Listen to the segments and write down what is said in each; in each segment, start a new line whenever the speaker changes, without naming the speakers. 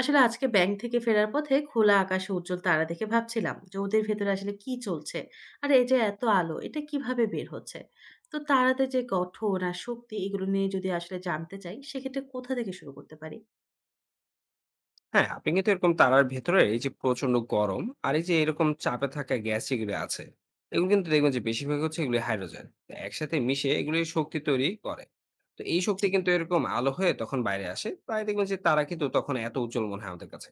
আসলে আজকে ব্যাংক থেকে ফেরার পথে খোলা আকাশে উজ্জ্বল তারা দেখে ভাবছিলাম যে ওদের ভেতরে আসলে কি চলছে আর এই যে এত আলো এটা কিভাবে বের হচ্ছে। তো তারাতে যে গঠন আর শক্তি এগুলো নিয়ে যদি আসলে জানতে চাই সেক্ষেত্রে কোথা থেকে শুরু করতে পারি?
হ্যাঁ, আপনি কিন্তু এরকম তারার ভেতরে এই যে প্রচন্ড গরম আর এই যে এরকম চাপে থাকা গ্যাস যেগুলো আছে এগুলো কিন্তু দেখবেন যে বেশিরভাগ হচ্ছে এগুলি হাইড্রোজেন। তো একসাথে মিশে এগুলি শক্তি তৈরি করে। তো এই শক্তি
জি।
কিন্তু এরকম আলো হয়ে তখন বাইরে আসে, তাই দেখবেন যে তারা কিন্তু তখন এত উজ্জ্বল মনে হয় আমাদের কাছে।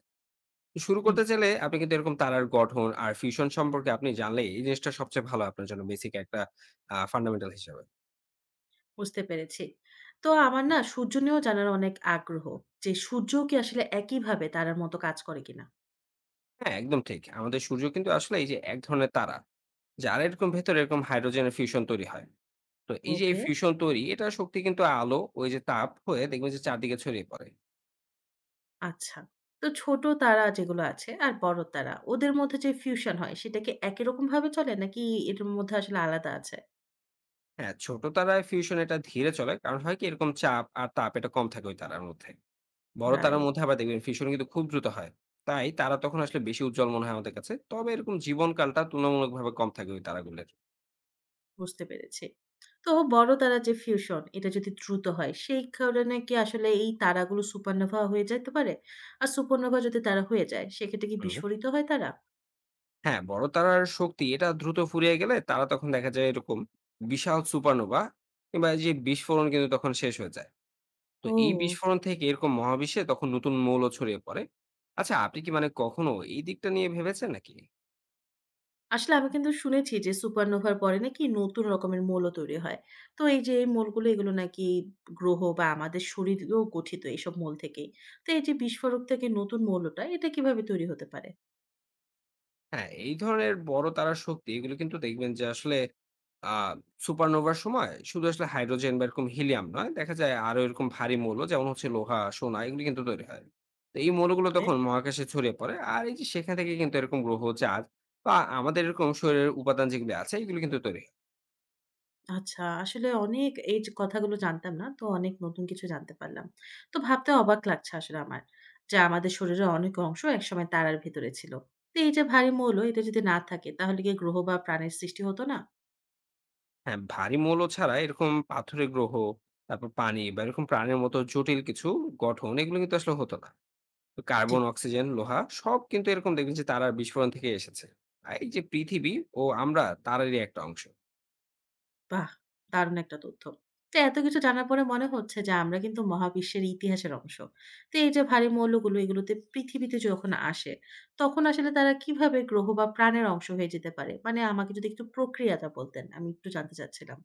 তো শুরু
হুম।
করতে চাইলে আপনি কিন্তু এরকম তারার গঠন আর ফিউশন সম্পর্কে আপনি জানলে এই জিনিসটা সবচেয়ে ভালো আপনার জন্য, বেসিক একটা ফান্ডামেন্টাল হিসাবে।
বুঝতে পেরেছি। তো আমার না সূর্য নিয়েও জানার অনেক আগ্রহ, যে সূর্য কি আসলে একইভাবে তারার মতো কাজ করে কিনা।
হ্যাঁ, একদম ঠিক, আমাদের সূর্য কিন্তু আসলে এই যে এক ধরনের তারা, যার এরকম ভেতরে এরকম হাইড্রোজেনের ফিউশন তৈরি হয়। তো এই যে এই
ওকে।
ফিউশন তৈরি, এটার শক্তি কিন্তু আলো, ওই যে তাপ হয়ে দেখবেন যে চারদিকে ছড়িয়ে পড়ে।
আচ্ছা। তো ছোট তারা যেগুলো আছে আর বড় তারা, ওদের মধ্যে যে ফিউশন হয় সেটা কি একই রকম ভাবে চলে নাকি এটার মধ্যে আসলে আলাদা আছে?
হ্যাঁ, ছোট তারায় ফিউশন এটা ধীরে চলে। কারণ হয় কি, এরকম চাপ আর তাপ এটা কম থাকে ওই তারার মধ্যে। বড় তারার
রাইট,
মধ্যে আবার দেখবেন ফিউশন কিন্তু খুব দ্রুত হয়। তাই তারা তখন আসলে বেশি উজ্জ্বল মনে হয় আমাদের কাছে। তবে এরকম জীবনকালটা তুলনামূলকভাবে কম থাকে ওই তারাগুলোর।
বুঝতে পেরেছি। তো বড় তারার যে ফিউশন এটা যদি দ্রুত হয় সেই কারণে কি আসলে এই তারাগুলো সুপারনোভা হয়ে যেতে পারে? আর সুপারনোভা যদি তারা হয়ে যায় সেক্ষেত্রে কি
হুম।
বিস্ফোরিত হয় তারা?
হ্যাঁ, বড় তারার শক্তি এটা দ্রুত ফুরিয়ে গেলে তারা তখন দেখা যায় এরকম বিশাল সুপারনোভা কিংবা এই যে বিস্ফোরণ, কিন্তু তখন শেষ হয়ে যায়। তো এই
ও!
বিস্ফোরণ থেকে এরকম মহাবিশ্বে তখন নতুন মৌল ছড়িয়ে পড়ে। আচ্ছা, আপনি কি মানে কখনো এই দিকটা নিয়ে ভেবেছেন নাকি?
আসলে আমি কিন্তু শুনেছি যে সুপারনোভার পরে নাকি নতুন রকমের মৌল তৈরি হয়। তো এই যে এই মৌলগুলো এগুলো নাকি গ্রহ বা আমাদের শরীরেও গঠিত এইসব মৌল থেকেই। তো এই যে বিস্ফোরক থেকে নতুন মৌলটা এটা কিভাবে তৈরি হতে পারে?
হ্যাঁ, এই ধরনের বড় তারার শক্তি এগুলো কিন্তু দেখবেন যে আসলে আ সুপারনোভার সময় শুধু আসলে হাইড্রোজেন বা এরকম হিলিয়াম নয়, দেখা যায় আরো এরকম ভারী মৌল, যেমন হচ্ছে লোহা, সোনা, এগুলো কিন্তু তৈরি হয়। তো এই মৌলগুলো
এ
তখন মহাকাশে ছড়িয়ে পড়ে। আর এই যে সেখান থেকে কিন্তু এরকম গ্রহ, চাঁদ বা আমাদের এরকম শরীরের উপাদান যেগুলো আছে, এগুলো কিন্তু তৈরি হয়।
আচ্ছা আসলে অনেক এই যে কথাগুলো জানতাম না। তো অনেক নতুন কিছু জানতে পারলাম। তো ভাবতে অবাক লাগছে আসলে আমার। যে আমাদের শরীরের অনেক অংশ একসময় তারার ভেতরে ছিল। তো এই যে ভারী মৌল এটা যদি না থাকে তাহলে কি গ্রহ বা প্রাণের সৃষ্টি হতো না?
হ্যাঁ, ভারী মৌল ছাড়া এরকম পাথুরে গ্রহ, তারপর পানি বা এরকম প্রাণের মতো জটিল কিছু গঠন, এগুলো কিন্তু আসলে হতো না। তো
জি।
কার্বন, অক্সিজেন, লোহা সব কিন্তু এরকম দেখবেন যে তারার বিস্ফোরণ থেকে এসেছে। আর এই যে পৃথিবী ও আমরা তারারই একটা অংশ।
বাহ! দারুণ একটা তথ্য। তো এত কিছু জানার পরে মনে হচ্ছে যে আমরা কিন্তু মহাবিশ্বের ইতিহাসের অংশ। তো এই যে ভারী মৌলগুলো এগুলোতে পৃথিবীতে যখন আসে, তখন আসলে তারা কিভাবে গ্রহ বা প্রাণের অংশ হয়ে যেতে পারে? মানে আমাকে যদি একটু প্রক্রিয়াটা বলতেন, আমি একটু জানতে চাচ্ছিলাম।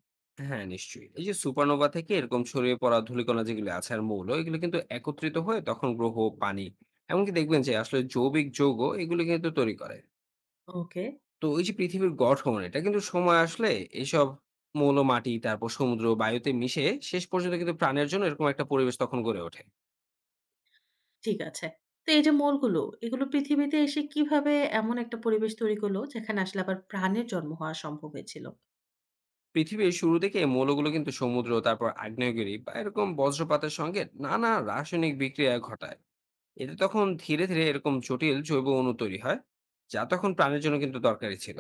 হ্যাঁ, নিশ্চয়ই। এই যে সুপারনোভা থেকে এরকম ছড়িয়ে পড়া ধূলিকণা যেগুলো আছে আর মৌল, এগুলো কিন্তু একত্রিত হয়ে তখন গ্রহ, পানি, এমনকি দেখবেন যে আসলে জৈবিক যৌগ, এগুলো কিন্তু তৈরি করে।
ওকে,
তো এই যে পৃথিবীর গঠন, এটা কিন্তু সময় আসলে এইসব মৌল মাটি, তারপর সমুদ্র, বায়ুতে মিশে শেষ পর্যন্ত কিন্তু প্রাণের জন্য এরকম একটা পরিবেশ তখন গড়ে ওঠে।
ঠিক আছে। তো এই যে মৌলগুলো, এগুলো পৃথিবীতে এসে কিভাবে এমন একটা পরিবেশ তৈরি করলো যেখানে আসলে আবার প্রাণের জন্ম হওয়া সম্ভব হয়েছিল?
পৃথিবীর শুরু থেকে এই মৌলগুলো কিন্তু সমুদ্র, তারপর আগ্নেয়গিরি বা এরকম বজ্রপাতের সঙ্গে নানা রাসায়নিক বিক্রিয়া ঘটায়। এতে তখন ধীরে ধীরে এরকম জটিল জৈব অণু তৈরি হয়, যা তখন প্রাণের জন্য কিন্তু দরকারি ছিল।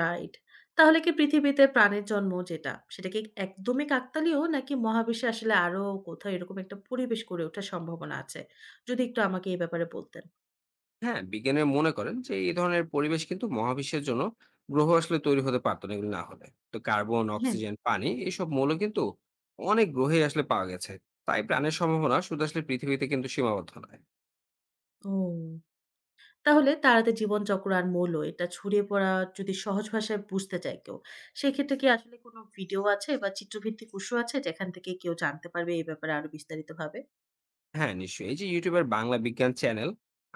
রাইট। তাহলে কি পৃথিবীতে প্রাণের জন্ম যেটা, সেটা কি একদমই কাকতালীয় নাকি মহাবিশ্বে আসলে আরো কোথাও এরকম একটা পরিবেশ গড়ে ওঠার সম্ভাবনা আছে? যদি একটু আমাকে এই ব্যাপারে বলতেন।
হ্যাঁ, বিজ্ঞানীরা মনে করেন যে এই ধরনের পরিবেশ কিন্তু মহাবিশ্বের জন্য, গ্রহ আসলে তৈরি হতে পারতো না এগুলো না হলে। তো কার্বন,
হ্যাঁ।
অক্সিজেন, পানি এসব মৌল কিন্তু অনেক গ্রহেই আসলে পাওয়া গেছে। তাই প্রাণের সম্ভাবনা শুধু আসলে পৃথিবীতে কিন্তু সীমাবদ্ধ নয়।
ও! তাহলে তারাতে জীবনচক্র আর মৌল এটা ছড়িয়ে পড়া যদি সহজ ভাষায় বুঝতে চায় কেউ, সেক্ষেত্রে কি আসলে কোনো ভিডিও আছে বা চিত্রভিত্তিক উৎস আছে যেখান থেকে কেউ জানতে পারবে এই ব্যাপারে আরো বিস্তারিতভাবে?
হ্যাঁ, নিশ্চয়ই। এই যে YouTube এর বাংলা বিজ্ঞান চ্যানেল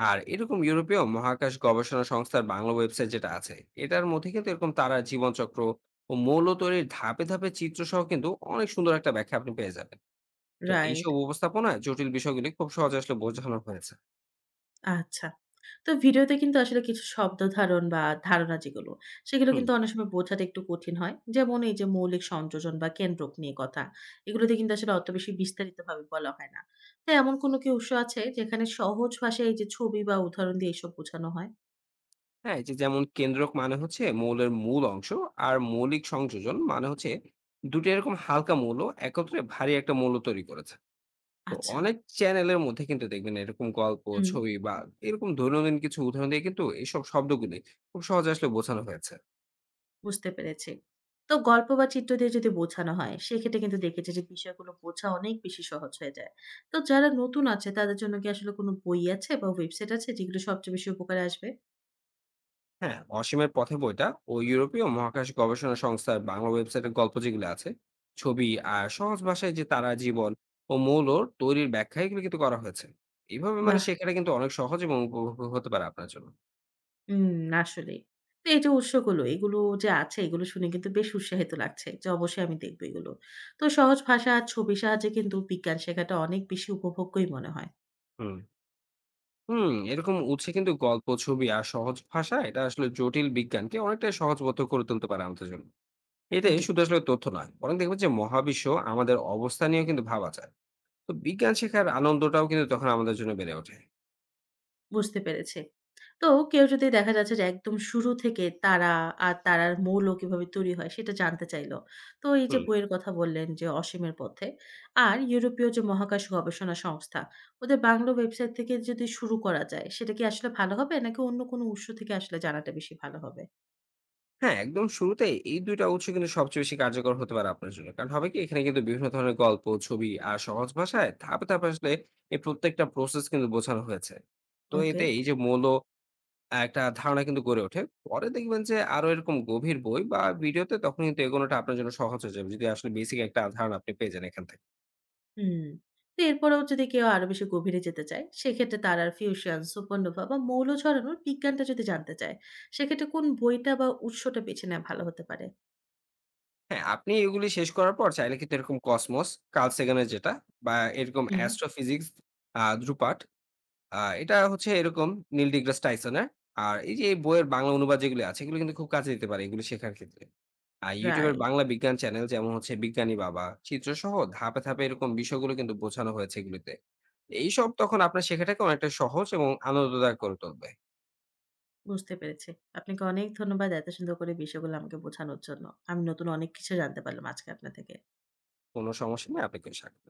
আর এরকম ইউরোপীয় মহাকাশ গবেষণা সংস্থার বাংলা ওয়েবসাইট যেটা আছে, এটার মধ্যে কিন্তু এরকম তারা জীবনচক্র ও মৌল তৈরির ধাপে, ধাপে চিত্র সহ কিন্তু অনেক সুন্দর একটা ব্যাখ্যা আপনি পেয়ে যাবেন। তো
রাইট।
এইসব উপস্থাপনায় জটিল বিষয়গুলি খুব সহজে আসলে বোঝানো হয়েছে।
আচ্ছা। তো ভিডিওতে কিন্তু আসলে কিছু শব্দ ধারণ বা ধারণা যেগুলো, সেগুলো
হুম।
কিন্তু অনেক সময় বোঝাটা একটু কঠিন হয়। যেমন এই যে মৌলিক সংযোজন বা কেন্দ্রক নিয়ে কথা। এগুলোতে কিন্তু আসলে অত বেশি বিস্তারিতভাবে বলা হয় না। তো এমন কোনো কি উৎস আছে যেখানে সহজ ভাষায় এই যে ছবি বা উদাহরণ দিয়ে এসব বোঝানো হয়?
হ্যাঁ, এই যে যেমন কেন্দ্রক মানে হচ্ছে মৌলের মূল অংশ, আর মৌলিক সংযোজন মানে হচ্ছে দুটো এরকম হালকা মৌল একত্রে ভারী একটা মৌল তৈরি করেছে। তো
আচ্ছা,
অনেক চ্যানেলের মধ্যে কিন্তু দেখবেন এরকম গল্প,
হুম,
ছবি বা এরকম দৈনন্দিন কিছু উদাহরণ দিয়ে কিন্তু এইসব শব্দগুলি খুব সহজে আসলে বোঝানো হয়েছে।
বুঝতে পেরেছি। তো গল্প বা চিত্র দিয়ে যদি বোঝানো হয়, সেক্ষেত্রে কিন্তু দেখেছি যে বিষয়গুলো বোঝা অনেক বেশি সহজ হয়ে যায়। তো যারা নতুন আছে তাদের জন্য কি আসলে কোনো বই আছে বা ওয়েবসাইট আছে যেগুলো সবচেয়ে বেশি উপকারে আসবে?
হ্যাঁ, 'অসীমের পথে' বইটা ও ইউরোপীয় মহাকাশ গবেষণা সংস্থার বাংলা ওয়েবসাইটের গল্প যেগুলো আছে, ছবি আর সহজ ভাষায় যে তারা জীবন ও মৌলর তৈরির ব্যাখ্যা, এগুলো কিন্তু করা হয়েছে। এইভাবে
বা,
মানে শেখাটা কিন্তু অনেক সহজ এবং উপভোগ্য হতে পারে আপনার জন্য।
হুম, আসলেই। তো এই যে উৎসগুলো, এগুলো যে আছে এগুলো শুনে কিন্তু বেশ উৎসাহিত লাগছে যে অবশ্যই আমি দেখব এগুলো। তো সহজ ভাষা আর ছবির সাহায্যে কিন্তু বিজ্ঞান শেখাটা অনেক বেশি উপভোগ্যই মনে হয়।
হুম। হুম, এরকম উৎসে কিন্তু গল্প, ছবি আর সহজ ভাষা, এটা আসলে জটিল বিজ্ঞানকে অনেকটাই সহজবোধ্য করে তুলতে পারে আমাদের জন্য। এটাই
জি,
শুধু আসলে তথ্য নয়, বরং দেখবেন যে মহাবিশ্ব, আমাদের অবস্থা নিয়েও কিন্তু ভাবা যায়। তো বিজ্ঞান শেখার আনন্দটাও কিন্তু তখন আমাদের জন্য বেড়ে ওঠে।
বুঝতে পেরেছি। তো কেউ যদি দেখা যাচ্ছে যে একদম শুরু থেকে তারা আর তারার মৌল কিভাবে তৈরি হয় সেটা জানতে চাইলো। তো এই যে
হুম।
বইয়ের কথা বললেন যে 'অসীমের পথে' আর ইউরোপীয় যে মহাকাশ গবেষণা সংস্থা, ওদের বাংলা ওয়েবসাইট থেকে যদি শুরু করা যায় সেটা কি আসলে ভালো হবে? নাকি অন্য কোনো উৎস থেকে আসলে জানাটা বেশি ভালো হবে?
হ্যাঁ, একদম শুরুতেই এই ২ টা উৎস কিন্তু সবচেয়ে বেশি কার্যকর হতে পারে আপনার জন্য। কারণ হবে কি? এখানে কিন্তু বিভিন্ন ধরনের গল্প, ছবি আর সহজ ভাষায় ধাপে, ধাপে আসলে এই প্রত্যেকটা প্রসেস কিন্তু বোঝানো হয়েছে। তো
ওকে।
এতে এই যে মূল ও একটা ধারণা কিন্তু গড়ে ওঠে। পরে দেখবেন যে আরো এরকম গভীর বই বা ভিডিওতে তখন কিন্তু এগোনোটা আপনার জন্য সহজ হয়ে যাবে, যদি আসলে বেসিক একটা ধারণা আপনি পেয়ে যান এখান থেকে।
হুম। তো এরপরেও যদি কেউ আরো বেশি গভীরে যেতে চায়, সেক্ষেত্রে তারার ফিউশন, সুপারনোভা বা মৌল ঝরানোর বিজ্ঞানটা যদি জানতে চায়, সেক্ষেত্রে কোন বইটা বা উৎসটা বেছে নেওয়া ভালো হতে পারে?
হ্যাঁ, আপনি এগুলি শেষ করার পর চাইলে কিন্তু এরকম কসমস, কার্ল সেগানের যেটা, বা এরকম
হুম।
অ্যাস্ট্রোফিজিক্স দ্রুপাঠ, আ এটা হচ্ছে এরকম 'নীল ডিগ্রাস টাইসনের'। আর এই যে এই বইয়ের বাংলা অনুবাদ যেগুলি আছে, এগুলো কিন্তু খুব কাজে দিতে পারে এগুলো শেখার ক্ষেত্রে। আর YouTube এর
রাইট,
বাংলা বিজ্ঞান চ্যানেল যেমন হচ্ছে 'বিজ্ঞানী বাবা', চিত্রসহ ধাপে, ধাপে এরকম বিষয়গুলো কিন্তু বোঝানো হয়েছে এগুলিতে। এইসব তখন আপনার শেখাটাকে অনেকটা সহজ এবং আনন্দদায়ক করে তুলবে।
বুঝতে পেরেছি। আপনাকে অনেক ধন্যবাদ এত সুন্দর করে বিষয়গুলো আমাকে বোঝানোর জন্য। আমি নতুন অনেক কিছু জানতে পারলাম আজকে আপনার থেকে।
কোনো সমস্যা নেই, আপনাকেও স্বাগত।